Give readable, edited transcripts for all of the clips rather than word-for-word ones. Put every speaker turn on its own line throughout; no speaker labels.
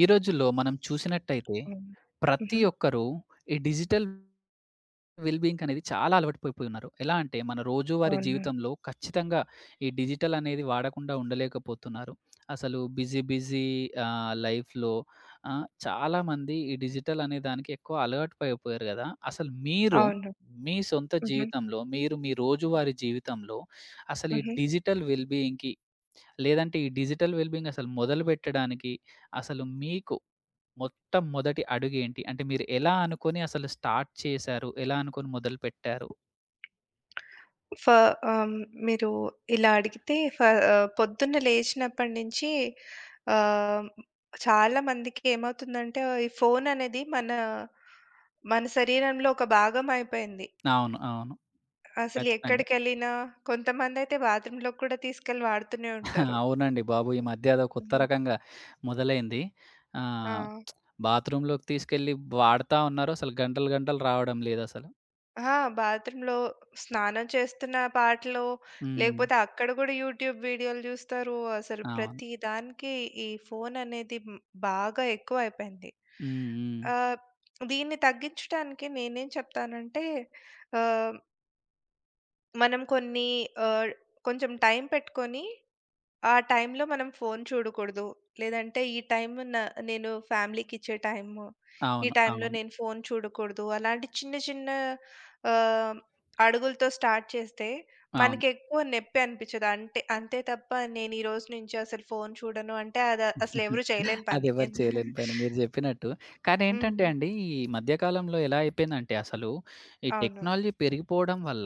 ఈ రోజుల్లో మనం చూసినట్టయితే
అవును.
ప్రతి
హుహు.
ఒక్కరూ ఈ డిజిటల్ వెల్‌బీయింగ్ అనేది చాలా అలవాటు పడిపోయి ఉన్నారు. ఎలా అంటే మన రోజువారీ
అవునవును.
జీవితంలో ఖచ్చితంగా ఈ డిజిటల్ అనేది వాడకుండా ఉండలేకపోతున్నారు. అసలు బిజీ బిజీ లైఫ్‌లో చాలామంది ఈ డిజిటల్ అనే దానికి ఎక్కువ అలవాటు పడిపోయారు గదా! అసలు మీరు
అవును.
మీ సొంత
హుహు.
జీవితంలో మీరు మీ రోజువారీ జీవితంలో అసలు ఈ
హుహు.
డిజిటల్ వెల్‌బీయింగ్‌కి లేదంటే ఈ డిజిటల్ వెల్‌బీయింగ్ అసలు మొదలుపెట్టడానికి అసలు మీకు మొత్తం మొదటి అడుగేంటి? అంటే మీరు ఎలా అనుకోని అసలు స్టార్ట్ చేశారు? ఎలా అనుకోని మొదలుపెట్టారు?
ఫ ఆహ్, మీరు ఇలా అడిగితే పొద్దున్న లేచినప్పటి నుంచి ఆహ్, చాలా మందికి ఏమవుతుందంటే ఈ ఫోన్ అనేది మన మన శరీరంలో ఒక భాగం అయిపోయింది.
అవును. అవును.
అసలు
ఖచ్చితంగా.
ఎక్కడికెళ్ళినా కొంతమందైతే బాత్రూమ్‌లోకి కూడా తీసుకెళ్ళి వాడుతూనే ఉంటారు.
అవునండి బాబు! ఈ మధ్య అదో కొత్త
హ్మ్.
రకంగా మొదలైంది.
ఆ!
ఆహ్, బాత్రూమ్‌లోకి తీసుకెళ్ళి వాడతా ఉన్నారు. అసలు గంటలు, గంటలు రావడం లేదసలు.
అహా! బాత్రూమ్‌లో స్నానం చేస్తున్న పాటలు,
హ్మ్.
లేకపోతే అక్కడ గూడా యూట్యూబ్ వీడియోలు జూస్తారు. అసలు
అవును.
ప్రతి దానికి ఈ ఫోన్ అనేది బాగా ఎక్కువైపోయింది.
హ్మ్. హ్మ్.
ఆహ్, దీన్ని తగ్గించడానికి నేనేం చెప్తానంటే, ఆహ్, మనం కొన్ని ఆహ్, కొంచెం టైం పెట్టుకొని ఆ టైంలో మనం ఫోను చూడకూడదు. లేదంటే ఈ టైం నేను ఫ్యామిలీకిచ్చే టైము. ఈ
అవును.
టైంలో
అవును.
నేను ఫోను చూడకూడదు. అలాంటి చిన్న చిన్న ఆహ్, అడుగులతో స్టార్ట్ చేస్తే
అవును.
మనకెక్కువ నొప్పి అనిపించదు. అంటే అంతే తప్ప నేను ఈ రోజు నుంచి అసలు ఫోను చూడను అంటే అది అసలు ఎవరు చేయలేని పని.
అదెవరు చేయలేని
ఎందు
పని మీరు జెప్పినట్టు. కానీ ఏంటంటే
హ్మ్.
అండి, ఈ మధ్య కాలంలో ఎలా అయిపోయిందంటే అసలు, ఈ
అవును.
టెక్నాలజీ పెరిగిపోవడం వల్ల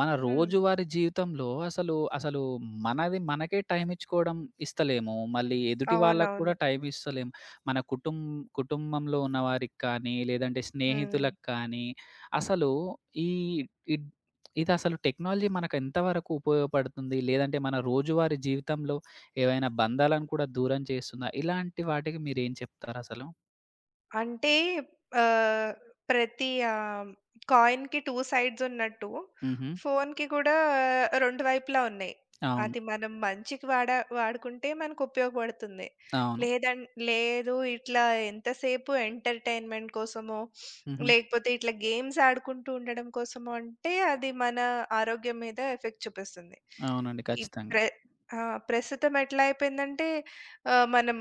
మన
హ్మ్.
రోజువారీ జీవితంలో అసలు మనది మనకే టైమ్ ఇచ్చుకోవడం ఇస్తలేము. మళ్ళీ ఎదుటి వాళ్ళకి
అవునవును.
కూడా టైమ్ ఇస్తలేము. మన కుటుం కుటుంబంలో ఉన్న వారికి కానీ, లేదంటే
హ్మ్.
స్నేహితులకు కానీ, అసలు ఈ ఇద్ ఇదసలు టెక్నాలజీ మనకు ఎంతవరకు ఉపయోగపడుతుంది? లేదంటే మన రోజువారీ జీవితంలో ఏవైనా బంధాలను కూడా దూరం చేస్తుందా? ఇలాంటి వాటికి మీరేం చెప్తారసలు?
అంటే ఆహ్, ప్రతి కాయిన్‌కి 2 సైడ్స్ ఉన్నట్టు,
హుహు.
ఫోన్‌కి కూడా 2 వైపులా ఉన్నాయి.
అవును.
అది మనం మంచికి వాడుకుంటే మనకు ఉపయోగపడుతుంది.
అవును.
లేదం లేదు ఇట్లా ఎంతసేపు ఎంటర్‌టైన్‌మెంట్ కోసమో,
హుహు.
లేకపోతే ఇట్లా గేమ్స్ ఆడుకుంటూ ఉండడం కోసమో అంటే అది మన ఆరోగ్యం మీద ఎఫెక్ట్ చూపిస్తుంది.
అవునండి.
ఈ
ఖచ్చితంగా.
ప్ర ఆ! ప్రస్తుతం ఎట్లా అయిపోయిందంటే మనం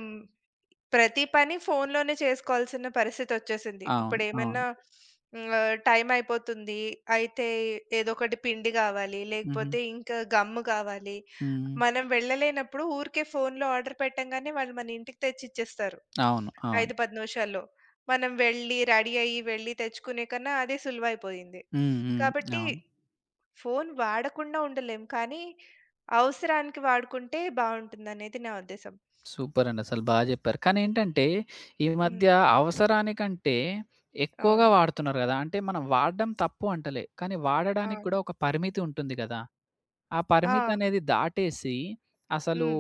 ప్రతి పని ఫోనులోనే చేసుకోవాల్సిన పరిస్థితొచ్చేసింది.
అవును. అవును.
ఇప్పుడేమన్నా హ్మ్. టైం అయిపోతుంది. అయితే ఏదో ఒకటి పిండి గావాలి,
హుహు.
లేకపోతే ఇంకా గమ్ము గావాలి.
హ్మ్.
మనం వెళ్ళలేనప్పుడు ఊరికే ఫోనులో ఆర్డర్ పెట్టంగానే వాళ్ళు మన ఇంటికి తెచ్చిచ్చేస్తారు.
అవును. అవును.
5, 10 నిమిషాల్లో. మనం వెళ్ళి, రెడీ అయ్యి, వెళ్ళి తెచ్చుకునే కన్నా అదే సులువైపోయింది.
హ్మ్. హ్మ్.
కాబట్టి
అవును.
ఫోను వాడకుండా ఉండలేం. కానీ అవసరానికి వాడుకుంటే బావుంటుందనేది నా ఉద్దేశం.
సూపరండి. అసలు బా జెప్పారు. కానీ ఏంటంటే, ఈ
హ్మ్.
మధ్య అవసరానికంటే ఎక్కువగా
అవును.
వాడుతున్నారు గదా! అంటే మనం వాడడం తప్పు అంటలే. కానీ
ఆ!
వాడడానికి కూడా ఒక పరిమితి ఉంటుంది గదా! ఆ
ఆ!
పరిమితనేది దాటేసి అసలు
హ్మ్.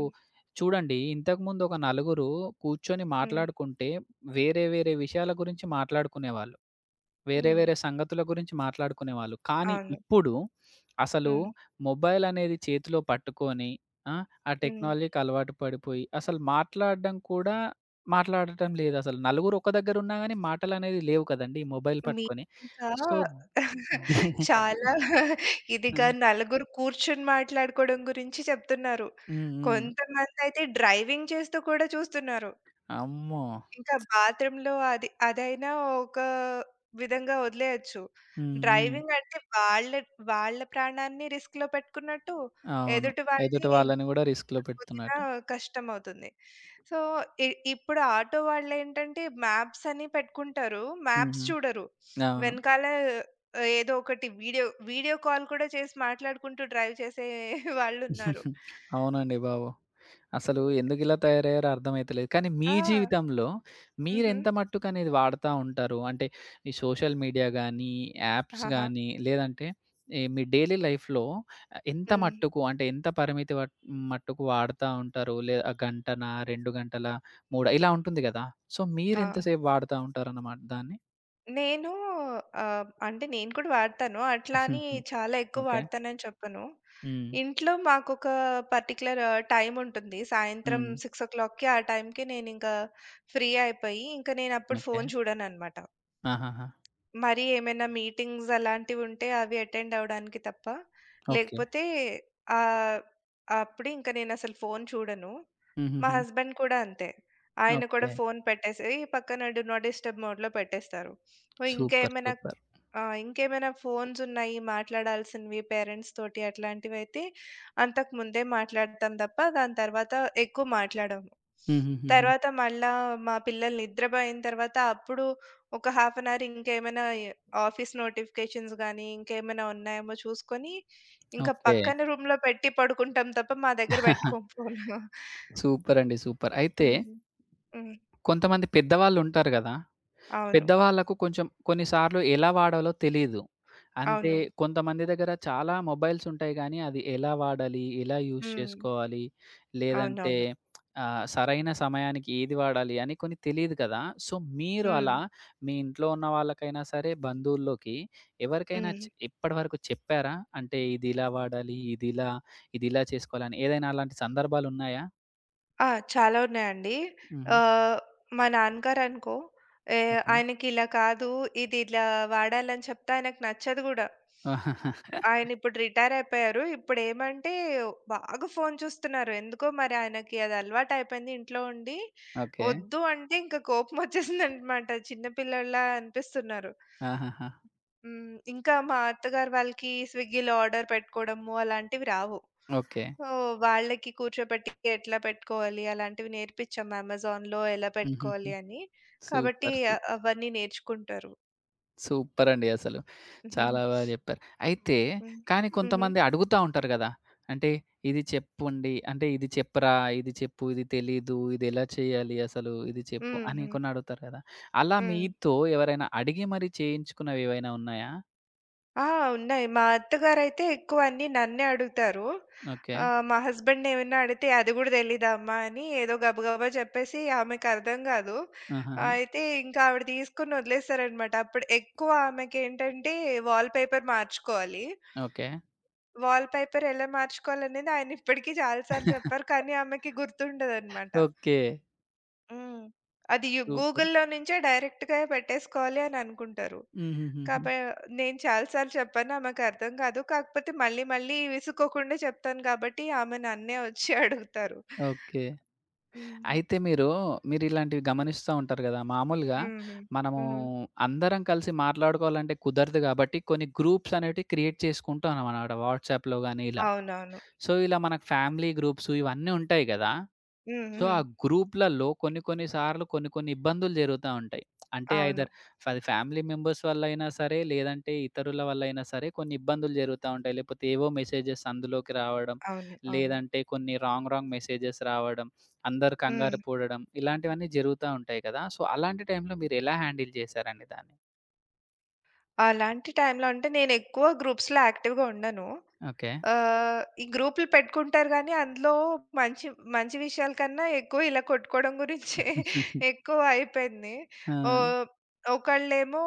చూడండి ఇంతకుముందు ఒక నలుగురు కూర్చొని
హ్మ్.
మాట్లాడుకుంటే, వేరే వేరే విషయాల గురించి మాట్లాడుకునేవాళ్ళు. వేరే
హ్మ్.
వేరే సంగతుల గురించి మాట్లాడుకునేవాళ్ళు. కానీ
అవును.
ఇప్పుడు అసలు
హ్మ్.
మొబైల్ అనేది చేతిలో పట్టుకొని ఆ! ఆ
హ్మ్.
టెక్నాలజీకి అలవాటు పడిపోయి అసలు మాట్లాడడం కూడా మాట్లాడటం లేదసలు. నలుగురు ఒక దగ్గర ఉన్నా గాని మాటలనేవి లేవు కదండీ! ఈ మొబైల్ పట్టుకొని.
మీరింకా
సో, ది
చాలా
ఆ!
ఇదిగా నలుగురు కూర్చొని మాట్లాడుకోవడం గురించి చెప్తున్నారు.
హ్మ్. హ్మ్.
కొంతమందయితే డ్రైవింగ్ చేస్తూ కూడా చూస్తున్నారు.
అమ్మో!
ఇంకా బాత్రూమ్‌లో అది అదైనా ఒక విధంగా వదిలేయొచ్చు.
హ్మ్. హ్మ్.
డ్రైవింగ్ అంటే వాళ్ళ వాళ్ళ ప్రాణాన్ని రిస్క్‌లో పెట్టుకున్నట్టు
అవును.
ఎదుటి వాళ్ళని
ఎదుటి వాళ్ళని గూడా రిస్క్‌లో
పొందినా
పెడుతున్నట్టు.
కష్టమవుతుంది. సో, ఇ ఇప్పుడు ఆటో వాళ్ళేంటంటే మ్యాప్స్ అని పెట్టుకుంటారు. మ్యాప్స్
హుహు.
చూడరు.
అవును.
వెనకాల ఏదో ఒకటి వీడియో వీడియో కాల్ కూడా చేసి మాట్లాడుకుంటూ డ్రైవ్ చేసే వాళ్ళున్నారు.
అవునండి బాబు. అసలు
హ్మ్.
ఎందుకిలా తయారయ్యారో అర్థమైతలేదు. కానీ మీ
ఆ!
జీవితంలో
హుహు.
మీరెంత మట్టుకనేది వాడతా ఉంటారు? అంటే ఈ సోషల్ మీడియా గానీ, యాప్స్
ఆహా!
గానీ, లేదంటే ఈ మీ డైలీ లైఫ్‌లో ఎంత
హ్మ్.
మట్టుకు అంటే ఎంత పరిమితి వట్ మట్టుకు వాడతా ఉంటారు? లేదా గంటనా? 2 గంటలా? మూడా? ఇలా ఉంటుంది గదా! సో,
ఆ!
మీరెంత సేపు వాడతా ఉంటారన్నమాట దాన్ని?
నేను అంటే నేను కూడా వాడతాను. అట్లా అని చాలా ఎక్కువ
ఓకే.
వాడతానని చెప్పను.
హ్మ్.
ఇంట్లో మాకొక పర్టిక్యులర్ టైమ్ ఉంటుంది. సాయంత్రం
హ్మ్.
6:00కి ఆ టైంకి నేనింకా ఫ్రీ అయిపోయి, ఇంక నేనప్పుడు
ఓకే.
ఫోను చూడననమాట.
ఆహాహా!
మరీ ఏమైనా మీటింగ్స్ అలాంటివుంటే అవి అటెండ్ అవ్వడానికి తప్ప.
ఓకే.
లేకపోతే ఆహ్, అప్పుడు ఇంక నేనసలు ఫోను చూడను. మా
హుహుహు.
హస్బెండ్ కూడా అంతే. ఆయన కూడా
ఓకే.
ఫోను పెట్టేసి పక్కన డు నాట్ డిస్టర్బ్ మోడ్‌లో పెట్టేస్తారు. ఓహ్!
సూపర్.
ఇంకేమైనా
సూపర్.
ఆ! ఇంకేమైనా ఫోన్సున్నాయి మాట్లాడాల్సినవి పేరెంట్స్ తోటి అట్లాంటివైతే అంతకు ముందే మాట్లాడతాం తప్ప దాని తర్వాత ఎక్కువ మాట్లాడము.
హుహుహుహు.
తర్వాత మళ్ళా మా పిల్లలు నిద్రబోయిన తర్వాత అప్పుడు ఒక హాఫ్ అన్ అవర్ ఇంకేమైనా ఆఫీస్ నోటిఫికేషన్స్ గానీ, ఇంకేమైనా ఉన్నాయేమో చూసుకొని, ఇంకా
ఓకే.
పక్కన రూమ్‌లో పెట్టి పడుకుంటాం తప్ప మా దగ్గర పెట్టుకోము ఫోను.
సూపరండి. సూపర్. అయితే
హ్మ్. హ్మ్.
కొంతమంది పెద్దవాళ్ళుంటారు గదా!
అవును.
పెద్దవాళ్ళకు కొంచెం కొన్ని సార్లు ఎలా వాడాలో తెలీదు. అంటే
అవును.
కొంతమంది దగ్గర చాలా మొబైల్స్ ఉంటాయి గానీ, అది ఎలా వాడాలి? ఎలా యూజ్
హ్మ్.
చేసుకోవాలి? లేదంటే
అవునవును.
సరైన సమయానికి ఏది వాడాలి? అని కొన్ని తెలీదు కదా! సో, మీరు
హ్మ్.
అలా మీ ఇంట్లో ఉన్న వాళ్ళకైనా సరే, బంధువుల్లోకి ఎవరికైనా
హ్మ్.
ఇప్పటివరకు చెప్పారా? అంటే ఇదిలా వాడాలి, ఇదిలా, ఇదిలా చేసుకోవాలని ఏదైనా అలాంటి సందర్భాలున్నాయా?
ఆ! చాలా ఉన్నాయండి.
హుహు.
ఆహ్, మా నాన్నగారనుకో ఏ
ఓకే.
ఆయనకిలా కాదు, ఇది ఇట్లా వాడాలని చెప్తే ఆయనకు నచ్చదు గూడా. ఆయనిప్పుడు రిటైరయిపోయారు. ఇప్పుడేమంటే బాగా ఫోను చూస్తున్నారు. ఎందుకో మరి ఆయనకి అది అలవాటయిపోయింది ఇంట్లో ఉండి.
ఓకే.
ఒద్దు అంటే ఇంక కోపమొచ్చేసిందనమాట. చిన్న పిల్లోల్లా అనిపిస్తున్నారు.
ఆహాహా!
హ్మ్. ఇంకా మా అత్తగారు వాళ్ళకి స్విగ్గీలో ఆర్డర్ పెట్టుకోవడము అలాంటివి రావు.
ఓకే.
సో, వాళ్ళకి కూర్చోబెట్టి ఎట్లా పెట్టుకోవాలి అలాంటివి నేర్పించాం అమెజాన్‌లో ఎలా
హుహుహు.
పెట్టుకోవాలి అని. కాబట్టి
సూపర్.
అవన్నీ నేర్చుకుంటారు.
సూపరండి అసలు. చాలా బా జెప్పారు. అయితే
హ్మ్.
కానీ
హుహు.
కొంతమంది అడుగుతా ఉంటారు గదా! అంటే ఇది చెప్పండి, అంటే ఇది చెప్పరా, ఇది చెప్పు, ఇది తెలీదు, ఇదెలా చేయాలి అసలు, ఇది చెప్పు
హ్మ్.
అని
హ్మ్.
కొన్ని అడుగుతారు గదా! అలా
హ్మ్.
మీతో ఎవరైనా అడిగి మరి చేయించుకున్నవి ఏవైనా ఉన్నాయా?
ఆ! ఉన్నాయి. మా అత్తగారైతే ఎక్కువ అన్నీ నన్నే అడుగుతారు.
ఓకే.
మా హస్బెండ్‌ని ఏమైనా అడిగితే, "అది గూడా తెలీదా అమ్మా" అని ఏదో గబగబా చెప్పేసి ఆమెకర్థం గాదు.
ఆహాహా!
అయితే ఇంకా ఆవిడ తీసుకొని వదిలేస్తారనమాట. అప్పుడు ఎక్కువ ఆమెకేంటంటే వాల్ పేపర్ మార్చుకోవాలి.
ఓకే.
వాల్ పేపర్ ఎలా మార్చుకోవాలనేది ఆయన ఇప్పటికి చాలా సార్లు చెప్పారు. కానీ ఆమెకి గుర్తుండదనమాట.
ఓకే.
హ్మ్. అది
సూపర్.
గూగుల్‌లో నుంచే డైరెక్ట్‌గా పెట్టేసుకోవాలి అని అనుకుంటారు.
హుహుహుహు.
కాబ నేను చాలా సార్లు చెప్పాను. ఆమెకర్థం కాదు. కాకపోతే మళ్ళీ మళ్ళీ విసుక్కోకుండా చెప్తాను కాబట్టి ఆమె నన్నే వచ్చి అడుగుతారు.
ఓకే.
హ్మ్.
అయితే మీరు, మీరిలాంటివి గమనిస్తా ఉంటారు గదా! మామూలుగా
హుహు.
మనము
హ్మ్.
అందరం కలిసి మాట్లాడుకోవాలంటే కుదరదు గాబట్టి, కొన్ని గ్రూప్స్ అనేటివి క్రియేట్ చేసుకుంటాం అనమాట. వాట్సాప్‌లో గాని ఇలా.
అవునవును.
సో, ఇలా మనకు ఫ్యామిలీ గ్రూప్స్ ఇవన్నీ ఉంటాయి గదా!
హ్మ్.
సో,
హ్మ్.
ఆ గ్రూప్‌లలో కొన్ని కొన్ని సార్లు కొన్ని కొన్ని ఇబ్బందులు జరుగుతా ఉంటాయి. అంటే
అవును.
ఐదర్ అది ఫ్యామిలీ మెంబర్స్ వల్ల అయినా సరే, లేదంటే ఇతరుల వల్ల అయినా సరే కొన్ని ఇబ్బందులు జరుగుతా ఉంటాయి. లేకపోతే ఏవో మెసేజెస్ అందులోకి రావడం,
అవును. అవును.
లేదంటే కొన్ని రాంగ్ రాంగ్ మెసేజెస్ రావడం, అందరు
హ్మ్.
కంగారు పడడం ఇలాంటివన్నీ జరుగుతా ఉంటాయి కదా! సో, అలాంటి టైంలో మీరు ఎలా హ్యాండిల్ చేశారండి దాన్ని?
అలాంటి టైంలో అంటే నేనెక్కువ గ్రూప్స్‌లో యాక్టివ్‌గా ఉండను.
ఓకే.
ఈ గ్రూపులు పెట్టుకుంటారు గానీ, అందులో మంచి మంచి విషయాల కన్నా ఎక్కువ ఇలా కొట్టుకోవడం గురించే ఎక్కువ అయిపోయింది.
ఆ!
ఓహ్! ఒకళ్ళేమో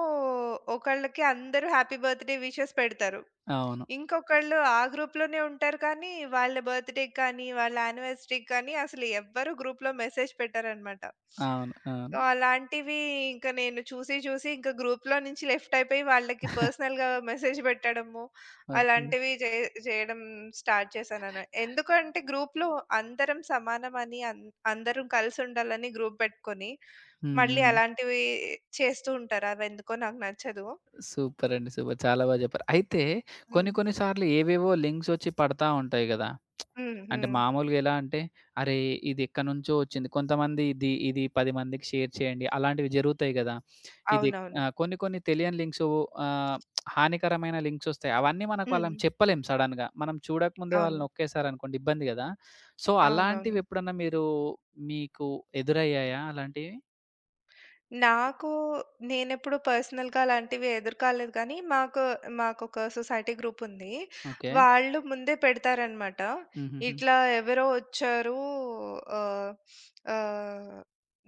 ఒకళ్ళకి అందరూ హ్యాపీ బర్త్‌డే విషెస్ పెడతారు.
అవును.
ఇంకొకళ్ళు ఆ గ్రూప్‌లోనే ఉంటారు కానీ, వాళ్ళ బర్త్‌డేకి కానీ, వాళ్ళ యానివర్సరీకి కానీ అసలు ఎవ్వరు గ్రూప్‌లో మెసేజ్ పెట్టరనమాట.
అవును. అవును.
సో అలాంటివి ఇంక నేను చూసి, చూసి ఇంక గ్రూప్‌లో నుంచి లెఫ్ట్ అయిపోయి వాళ్ళకి పర్సనల్‌గా మెసేజ్ పెట్టడము,
ఓకే.
అలాంటివి జేయడం స్టార్ట్ చేశానన. ఎందుకంటే గ్రూప్‌లో అందరం సమానమని అందరం కలిసుండాలని గ్రూప్ పెట్టుకొని,
హ్మ్.
మళ్ళీ
హ్మ్.
అలాంటివి చేస్తూ ఉంటారు. అవెందుకో నాకు నచ్చదు.
సూపర్ అండి. సూపర్. చాలా బా జెప్పారు. అయితే కొన్ని
హ్మ్.
కొన్ని సార్లు ఏవేవో లింక్స్ ఒచ్చి పడతా ఉంటాయి గదా!
హ్మ్.
అంటే
హ్మ్.
మామూలుగా ఎలా అంటే, అరే! ఇది ఎక్కడ్నుంచో ఒచ్చింది. కొంతమంది ఇది ఇది 10 మందికి షేర్ చేయండి. అలాంటివి జరుగుతాయి గదా! ఇది
అవునవును.
కొన్ని కొన్ని తెలియని లింక్సు ఆహ్, హానికరమైన లింక్స్ ఒస్తాయి. అవన్నీ మనకు
హ్మ్.
వాళ్ళని చెప్పలేం సడెన్‌గా. మనం చూడకముందే వాళ్ళు
అవును.
నొక్కేసారనుకోండి ఇబ్బంది గదా! సో,
అవునవును.
అలాంటివెప్పుడన్నా మీరు మీకు ఎదురయ్యాయా అలాంటివి?
నాకు నేనెప్పుడు పర్సనల్‌గా అలాంటివి ఎదుర్కాలేదు కానీ, మాకొక సొసైటీ గ్రూప్ ఉంది.
ఓకే.
వాళ్ళు ముందే పెడతారనమాట.
హుహుహు.
ఇట్లా ఎవరో వచ్చారు ఆహ్, ఆహ్,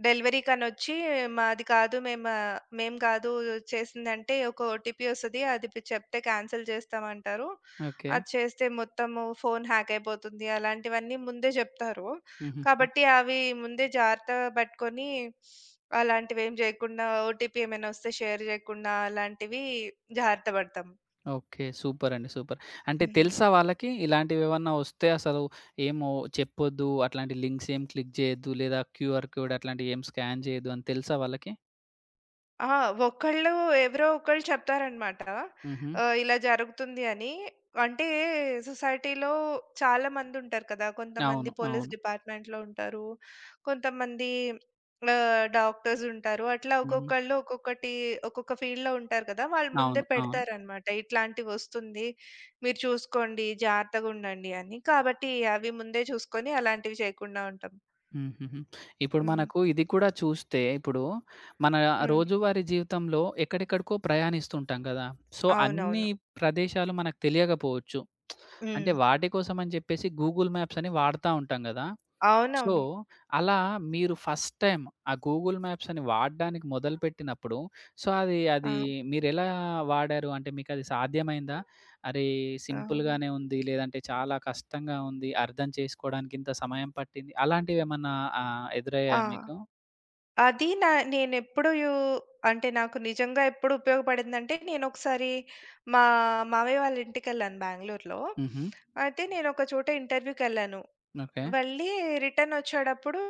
డెలివరీ కనొచ్చి మాది కాదు మేము మేము కాదు చేసిందంటే ఒక ఓటీపీ వస్తది. అది చెప్తే క్యాన్సిల్ చేస్తామంటారు.
ఓకే.
అది చేస్తే మొత్తము ఫోను హ్యాక్ అయిపోతుంది. అలాంటివన్నీ ముందే జెప్తారు.
హుహు.
కాబట్టి అవి ముందే జాగ్రత్త పట్టుకొని అలాంటివేం జేయకుండా ఓటీపీ ఏమైనా వస్తే షేర్ జేయకుండా అలాంటివి జాగ్రత్త పడతాం.
ఓకే. సూపరండి. సూపర్. అంటే
హ్మ్.
తెలుసా వాళ్ళకి? ఇలాంటివేవన్నా వస్తే అసలు ఏమో చెప్పొద్దు, అట్లాంటి లింక్స్ ఏం క్లిక్ జేయొద్దు, లేదా క్యూఆర్ కోడ్ అట్లాంటియేం స్కాన్ జేయొద్దు అని తెలుసా వాళ్ళకి?
ఆ! ఒకళ్ళు ఎవరో ఒకళ్ళు చెప్తారనమాట.
హుహు.
ఇలా జరుగుతుంది అని. అంటే సొసైటీలో చాలా మందుంటారు కదా! కొంతమంది
అవును.
పోలీస్
అవును.
డిపార్ట్‌మెంట్‌లో ఉంటారు. కొంతమంది డాక్టర్స్ ఉంటారు. అట్లా
హుహు.
ఒక్కొక్కళ్ళు ఒక్కొక్క ఫీల్డ్‌లో ఉంటారు కదా! వాళ్ళు ముందే
అవును. అవును.
పెడతారనమాట. ఇట్లాంటివొస్తుంది. మీరు చూసుకోండి, జాగ్రత్తగుండండి అని. కాబట్టి అవి ముందే చూసుకొని అలాంటివి చేయకుండా ఉంటాం.
హుహుహు. ఇప్పుడు
హ్మ్.
మనకు ఇది కూడా చూస్తే ఇప్పుడు మన
హ్మ్.
రోజువారీ జీవితంలో ఎక్కడెక్కడికో ప్రయాణిస్తుంటాం గదా! సో, అన్ని
అవునవును.
ప్రదేశాలు మనకు తెలియకపోవచ్చు. అంటే
హ్మ్.
వాటి కోసం అని చెప్పేసి గూగుల్ మ్యాప్స్ అని వాడతా ఉంటాం గదా! సో,
అవునవును.
అలా మీరు ఫస్ట్ టైమ్ ఆ గూగుల్ మ్యాప్స్ అని వాడడానికి మొదలుపెట్టినప్పుడు సో, అది
ఆ!
అది మీరెలా వాడారు? అంటే మీకది సాధ్యమైందా? అరే!
ఆ!
సింపుల్‌గానే ఉంది. లేదంటే చాలా కష్టంగా ఉంది. అర్థం చేసుకోవడానికి ఇంత సమయం పట్టింది. అలాంటివేమన్నా
ఆ!
ఎదురయ్యాయా మీకు?
అది నా నేనెప్పుడు అంటే నాకు నిజంగా ఎప్పుడు ఉపయోగపడిందంటే, నేనొకసారి మా మామయ్య వాళ్ళ ఇంటికెళ్ళాను బెంగుళూరులో.
హుహు.
అయితే నేనొక చోట ఇంటర్వ్యూకెళ్ళాను.
ఓకే.
వెళ్ళి రిటర్నొచ్చేటప్పుడు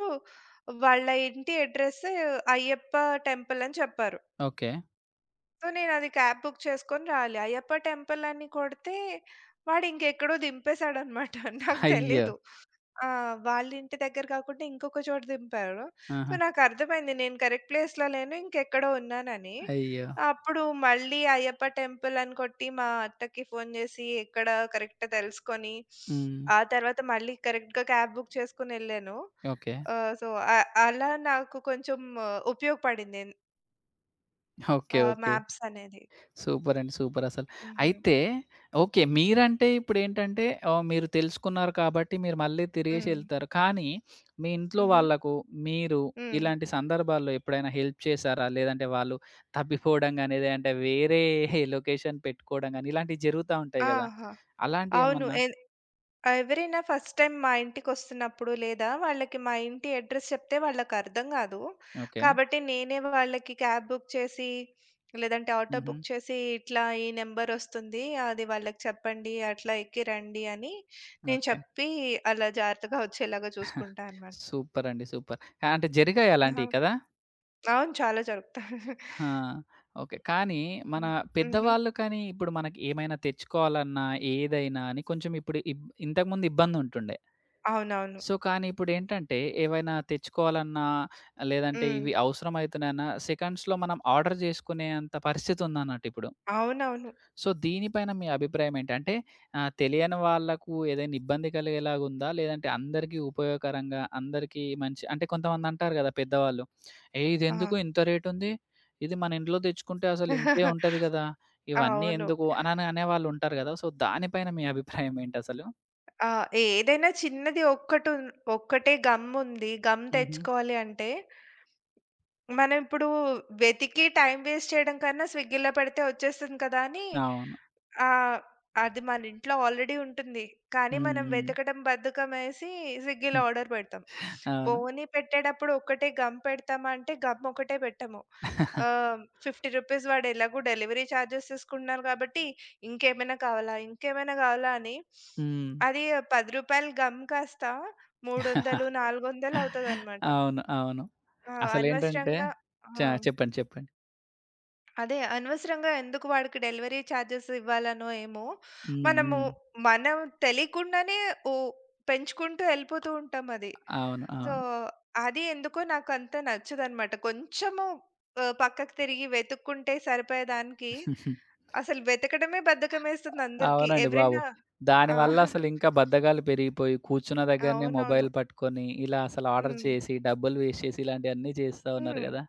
వాళ్ళ ఇంటి అడ్రెస్ అయ్యప్ప టెంపుల్ అని చెప్పారు.
ఓకే.
సో, నేనది క్యాబ్ బుక్ చేసుకొని రావాలి. అయ్యప్ప టెంపుల్ అని కొడితే వాడింకెక్కడో దింపేసాడనమాట. నాకు
అయ్యో!
తెలీదు. ఆ! వాళ్ళ ఇంటి దగ్గర కాకుండా ఇంకొక చోట దింపారు. సో,
ఆహా!
నాకర్థమైంది నేను కరెక్ట్ ప్లేస్‌లో లేను, ఇంకెక్కడో ఉన్నానని.
అయ్యో!
అప్పుడు మళ్ళీ అయ్యప్ప టెంపుల్ అని కొట్టి మా అత్తకి ఫోను జేసి ఎక్కడ కరెక్ట్ తెలుసుకొని,
హ్మ్.
ఆ తర్వాత మళ్ళీ కరెక్ట్‌గా క్యాబ్ బుక్ చేసుకొనెళ్ళాను.
ఓకే.
సో, అ అలా నాకు కొంచెం ఉపయోగపడింది
ఓకే. ఓకే.
మ్యాప్స్ అనేది.
సూపర్ అండి. సూపర్ అసలు.
హుహు.
అయితే ఓకే. మీరంటే ఇప్పుడేంటంటే మీరు తెలుసుకున్నారు కాబట్టి మీరు మళ్ళీ
హ్మ్.
తిరిగేసెళ్తారు. కానీ మీ ఇంట్లో
హుహు.
వాళ్ళకు మీరు
హ్మ్.
ఇలాంటి సందర్భాల్లో ఎప్పుడైనా హెల్ప్ చేశారా? లేదంటే వాళ్ళు తప్పిపోవడం గాని, లేదంటే వేరే లొకేషన్ పెట్టుకోవడం గాని ఇలాంటివి జరుగుతా ఉంటాయి గదా!
ఆహా! అవును.
అలాంటియేమన్నా
ఎవరైనా ఫస్ట్ టైమ్ మా ఇంటికొస్తున్నప్పుడు, లేదా వాళ్ళకి మా ఇంటి అడ్రెస్ చెప్తే వాళ్ళకర్థం గాదు.
ఓకే.
కాబట్టి నేనే వాళ్ళకి క్యాబ్ బుక్ చేసి, లేదంటే ఆటో
హుహు.
బుక్ చేసి, ఇట్లా ఈ నంబరొస్తుంది. అది వాళ్ళకి చెప్పండి. అట్లా ఎక్కి రండి అని నేను
ఓకే.
చెప్పి, అలా జాగ్రత్తగా వచ్చేలాగా చూసుకుంటా అనమాట.
సూపర్ అండి. సూపర్. అంటే జరిగాయి
ఆహా!
అలాంటియి కదా?
అవును. చాలా జరుపుతా.
ఆ! ఓకే. కానీ మన
హ్మ్. హుహు.
పెద్దవాళ్ళు కానీ ఇప్పుడు మనకి ఏమైనా తెచ్చుకోవాలన్నా, ఏదైనా అని కొంచెం ఇప్పుడు ఇంతకుముందు ఇబ్బందుంటుండే.
అవునవును.
సో, కానీ ఇప్పుడేంటంటే ఏవైనా తెచ్చుకోవాలన్నా, లేదంటే
హ్మ్.
ఇవి అవసరమైతున్నాయన్నా సెకండ్స్‌లో మనం ఆర్డర్ జేసుకునేంత పరిస్థితుందన్నట్టిప్పుడు.
అవునవును.
సో, దీనిపైన మీ అభిప్రాయం ఏంటి? అంటే తెలియని వాళ్ళకు ఏదైనా ఇబ్బంది కలిగేలాగా ఉందా? లేదంటే అందరికీ ఉపయోగకరంగా, అందరికీ మంచి అంటే కొంతమంది అంటారు గదా! పెద్దవాళ్ళు, "ఏయ్!
ఆ!
ఇదెందుకు ఇంత రేటుంది? ఇది మన ఇంట్లో తెచ్చుకుంటే అసలు ఇంతే ఉంటది గదా! ఇవన్నీ
అవును.
ఎందుకు?" అనని అనేవాళ్ళు ఉంటారు గదా! సో, దానిపైన మీ అభిప్రాయం ఏంటసలు?
ఆ! ఏదైనా చిన్నది ఒక్కటే గమ్ముంది. గమ్
హుహు.
తెచ్చుకోవాలి అంటే, మనం ఇప్పుడు వెతికి టైం వేస్ట్ చేయడం కన్నా స్విగ్గీలో పెడితే వచ్చేస్తుంది కదా! అని
అవును.
ఆ! అది మన ఇంట్లో ఆల్రెడీ ఉంటుంది. కానీ మనం
హ్మ్.
వెతకడం బద్ధకమేసి స్విగ్గీలో
హ్మ్.
ఆర్డర్ పెడతాం.
అవును.
పోనీ పెట్టేటప్పుడు ఒక్కటే గమ్ పెడతామా అంటే గమ్ ఒకటే పెట్టము. ఆహ్, రూ. 50 వాడు ఎలాగో డెలివరీ చార్జెస్ తీసుకుంటున్నారు కాబట్టి ఇంకేమైనా కావాలా? ఇంకేమైనా కావాలా? అని
హ్మ్.
అది రూ. 10 గమ్ కాస్త 300, 400 అవుతదనమాట.
అవును. అవును.
ఆ!
అసలేంటంటే
అనవసరంగా
చ
ఆ!
చెప్పండి. చెప్పండి.
అదే. అనవసరంగా ఎందుకు వాడికి డెలివరీ చార్జెస్ ఇవ్వాలనో ఏమో,
హ్మ్.
మనము
హ్మ్.
మనం తెలియకుండానే ఓ పెంచుకుంటూ ఎళ్ళిపోతూ ఉంటాం అది.
అవును.
సో,
అవును.
అది ఎందుకో నాకంత నచ్చదనమాట. కొంచెము పక్కకు తిరిగి వెతుక్కుంటే సరిపోయేదానికి, అసలు వెతకడమే బద్ధకమేస్తుంది అందరికీ.
అవునండి బాబు.
ఎవరైనా ఆ!
దానివల్ల అసలింకా బద్ధకాలు పెరిగిపోయి, కూర్చున్న దగ్గరనే
అవునవును.
మొబైల్ పట్టుకొని, ఇలా అసలు ఆర్డర్
హ్మ్.
చేసి, డబ్బులు వేస్ట్ చేసి, ఇలాంటియన్నీ చేస్తా ఉన్నారు
హ్మ్.
గదా!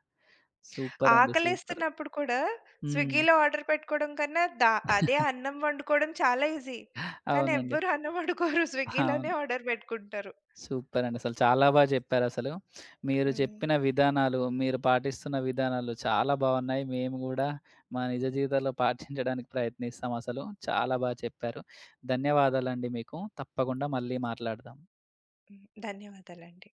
సూపరండి. సూపర్.
ఆకలేస్తున్నప్పుడు కూడా
హ్మ్.
స్విగ్గీలో ఆర్డర్ పెట్టుకోవడం కన్నా అదే అన్నం వండుకోవడం చాలా ఈజీ. కానీ
అవునండి.
ఎవ్వరు అన్నం వండుకోరు. స్విగ్గీలోనే
అవును.
ఆర్డర్ పెట్టుకుంటారు.
సూపరండి. అసలు చాలా బా జెప్పారసలు. మీరు
హ్మ్.
చెప్పిన విధానాలు, మీరు పాటిస్తున్న విధానాలు చాలా బావున్నాయి. మేము గూడా మా నిజ జీవితాల్లో పాటించడానికి ప్రయత్నిస్తామసలు. చాలా బా చెప్పారు. ధన్యవాదాలండి మీకు. తప్పకుండా మళ్ళీ మాట్లాడదాం.
హ్మ్. ధన్యవాదాలండి.